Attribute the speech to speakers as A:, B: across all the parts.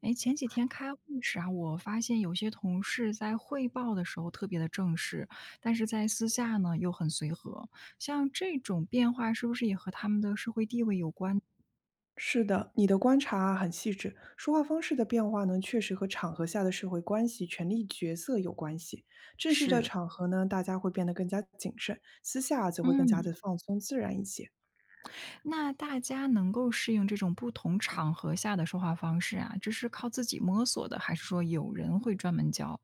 A: 哎，前几天开会时啊，我发现有些同事在汇报的时候特别的正式，但是在私下呢又很随和。像这种变化，是不是也和他们的社会地位有关？
B: 是的，你的观察啊很细致。说话方式的变化呢，确实和场合下的社会关系、权力角色有关系。正式的
A: 是，
B: 场合呢，大家会变得更加谨慎；私下啊则会更加
A: 嗯，
B: 的放松自然一些。
A: 那大家能够适应这种不同场合下的说话方式啊，这是靠自己摸索的，还是说有人会专门教？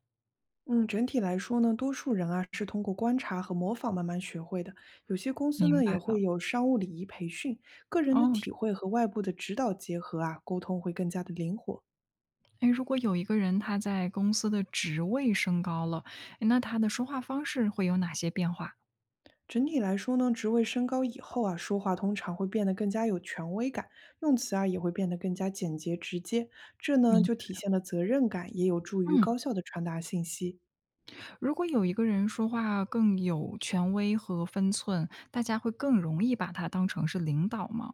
B: 嗯，整体来说呢，多数人啊是通过观察和模仿慢慢学会的。有些公司
A: 明
B: 呢也
A: 白了。
B: 会有商务礼仪培训，个人的
A: 哦，
B: 体会和外部的指导结合啊，沟通会更加的灵活。
A: 哎，如果有一个人他在公司的职位升高了，诶那他的说话方式会有哪些变化？
B: 整体来说呢，职位升高以后啊，说话通常会变得更加有权威感，用词啊也会变得更加简洁直接，这呢
A: 明，
B: 就体现了责任感，也有助于
A: 嗯。
B: 高效的传达信息，
A: 如果有一个人说话更有权威和分寸，大家会更容易把他当成是领导吗？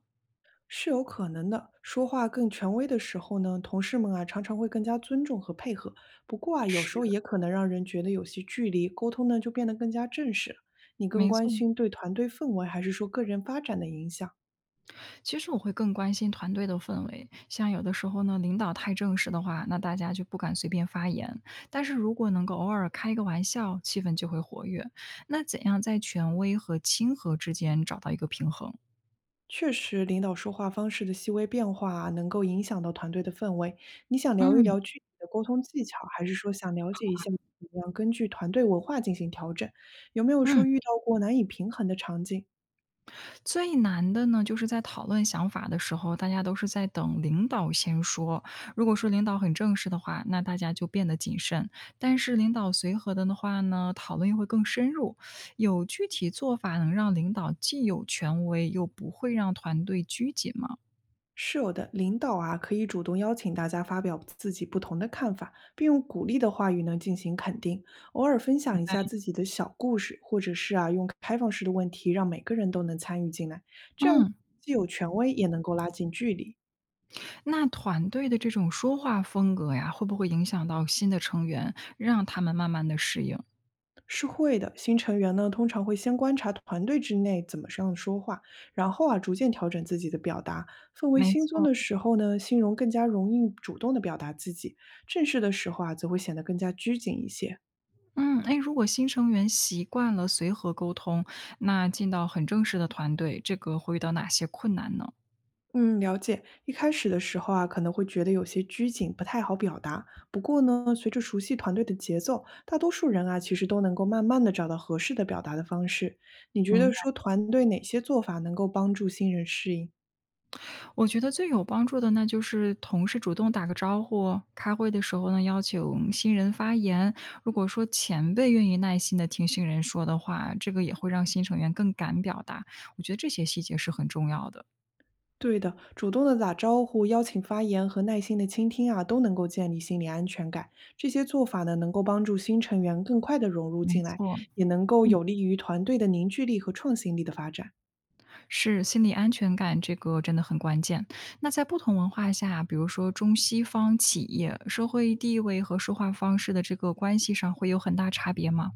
B: 是有可能的。说话更权威的时候呢，同事们啊常常会更加尊重和配合，不过啊有时
A: 是，
B: 候也可能让人觉得有些距离，沟通呢就变得更加正式了。你更
A: 没
B: 关
A: 错，
B: 心对团队氛围，还是说个人发展的影响？
A: 其实我会更关心团队的氛围。像有的时候呢，领导太正式的话，那大家就不敢随便发言。但是如果能够偶尔开个玩笑，气氛就会活跃。那怎样在权威和亲和之间找到一个平衡？
B: 确实，领导说话方式的细微变化啊能够影响到团队的氛围。你想聊一
A: 嗯
B: 聊具体的沟通技巧，还是说想了解一下怎么样根据团队文化进行调整？有没有
A: 嗯。
B: 说遇到过难以平衡的场景？
A: 最难的呢，就是在讨论想法的时候，大家都是在等领导先说。如果说领导很正式的话，那大家就变得谨慎；但是领导随和的话呢，讨论又会更深入。有具体做法能让领导既有权威，又不会让团队拘谨吗？
B: 是有的，领导啊可以主动邀请大家发表自己不同的看法，并用鼓励的话语呢进行肯定，偶尔分享一下自己的小故事，或者是啊用开放式的问题让每个人都能参与进来，
A: 嗯，
B: 既有权威也能够拉近距离。
A: 那团队的这种说话风格呀，会不会影响到新的成员，让他们慢慢的适应？
B: 是会的，新成员呢通常会先观察团队之内怎么这样说话，然后啊逐渐调整自己的表达。氛围
A: 没
B: 轻松
A: 错，
B: 的时候呢，新荣更加容易主动的表达自己；正式的时候啊，则会显得更加拘谨一些。
A: 嗯，哎，如果新成员习惯了随和沟通，那进到很正式的团队，这个会遇到哪些困难呢？
B: 嗯，了解。一开始的时候啊，可能会觉得有些拘谨，不太好表达。不过呢，随着熟悉团队的节奏，大多数人啊，其实都能够慢慢的找到合适的表达的方式。你觉
A: 明
B: 得
A: 白，
B: 说团队哪些做法能够帮助新人适应？
A: 我觉得最有帮助的，那就是同事主动打个招呼，开会的时候呢，邀请新人发言。如果说前辈愿意耐心的听新人说的话，这个也会让新成员更敢表达。我觉得这些细节是很重要的。
B: 对的，主动的打招呼、邀请发言和耐心的倾听啊，都能够建立心理安全感。这些做法呢，能够帮助新成员更快的融入
A: 没
B: 进来，
A: 错，
B: 也能够
A: 嗯。
B: 有利于团队的凝聚力和创新力的发展。
A: 是，心理安全感这个真的很关键。那在不同文化下，比如说中西方企业、社会地位和说话方式的这个关系上，会有很大差别吗？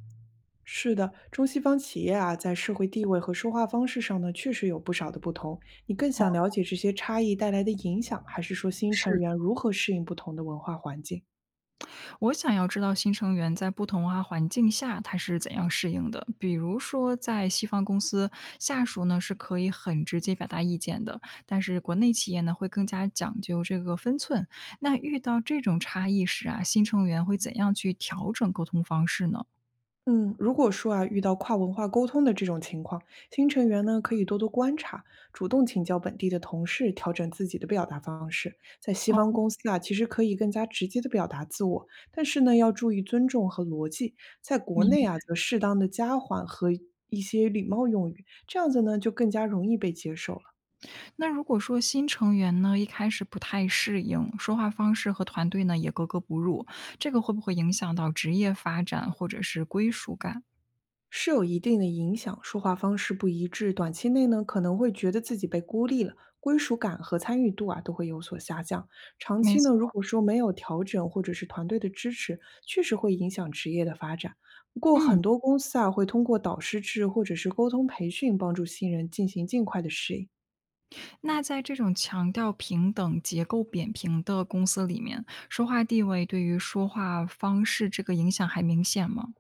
B: 是的，中西方企业啊，在社会地位和说话方式上呢，确实有不少的不同。你更
A: 哦，
B: 想了解这些差异带来的影响，还是说新成
A: 是，
B: 员如何适应不同的文化环境？
A: 我想要知道新成员在不同文化环境下他是怎样适应的。比如说，在西方公司，下属呢是可以很直接表达意见的，但是国内企业呢会更加讲究这个分寸。那遇到这种差异时啊，新成员会怎样去调整沟通方式呢？
B: 嗯，如果说啊遇到跨文化沟通的这种情况，新成员呢可以多多观察，主动请教本地的同事，调整自己的表达方式。在西
A: 哦，
B: 方公司啊，其实可以更加直接的表达自我，但是呢要注意尊重和逻辑。在国内
A: 明。
B: 啊，则适当的加缓和一些礼貌用语，这样子呢就更加容易被接受了。
A: 那如果说新成员呢，一开始不太适应，说话方式和团队呢也格格不入，这个会不会影响到职业发展或者是归属感？
B: 是有一定的影响。说话方式不一致，短期内呢可能会觉得自己被孤立了，归属感和参与度啊都会有所下降。长
A: 没
B: 期呢，如
A: 错，
B: 果说没有调整或者是团队的支持，确实会影响职业的发展。不过
A: 嗯，
B: 很多公司啊会通过导师制或者是沟通培训，帮助新人进行尽快的适应。
A: 那在这种强调平等、结构扁平的公司里面，说话地位对于说话方式这个影响还明显吗？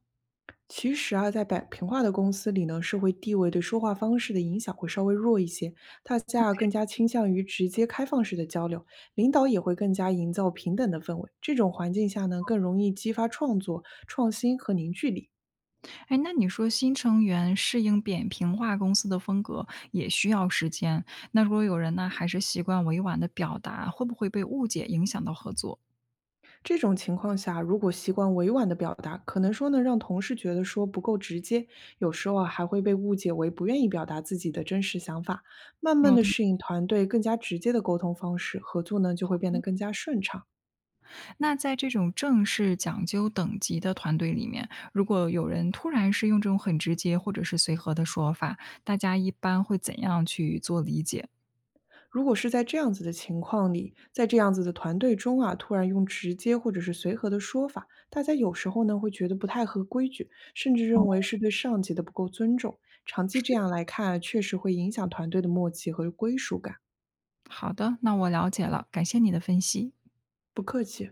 B: 其实啊，在摆平化的公司里呢，社会地位对说话方式的影响会稍微弱一些，大家啊更加倾向于直接开放式的交流，领导也会更加营造平等的氛围。这种环境下呢，更容易激发创作、创新和凝聚力。
A: 哎，那你说新成员适应扁平化公司的风格也需要时间，那如果有人呢还是习惯委婉的表达，会不会被误解影响到合作？
B: 这种情况下，如果习惯委婉的表达，可能说呢让同事觉得说不够直接，有时候啊还会被误解为不愿意表达自己的真实想法。慢慢
A: 有
B: 的
A: 的。
B: 适应团队更加直接的沟通方式，合作呢就会变得更加顺畅。
A: 那在这种正式讲究等级的团队里面，如果有人突然是用这种很直接或者是随和的说法，大家一般会怎样去做理解？
B: 如果是在这样子的情况里，在这样子的团队中啊，突然用直接或者是随和的说法，大家有时候呢会觉得不太合规矩，甚至认
A: 哦，
B: 为是对上级的不够尊重。长期这
A: 是。
B: 样来看啊确实会影响团队的默契和归属感。
A: 好的，那我了解了，感谢你的分析。
B: 不客气。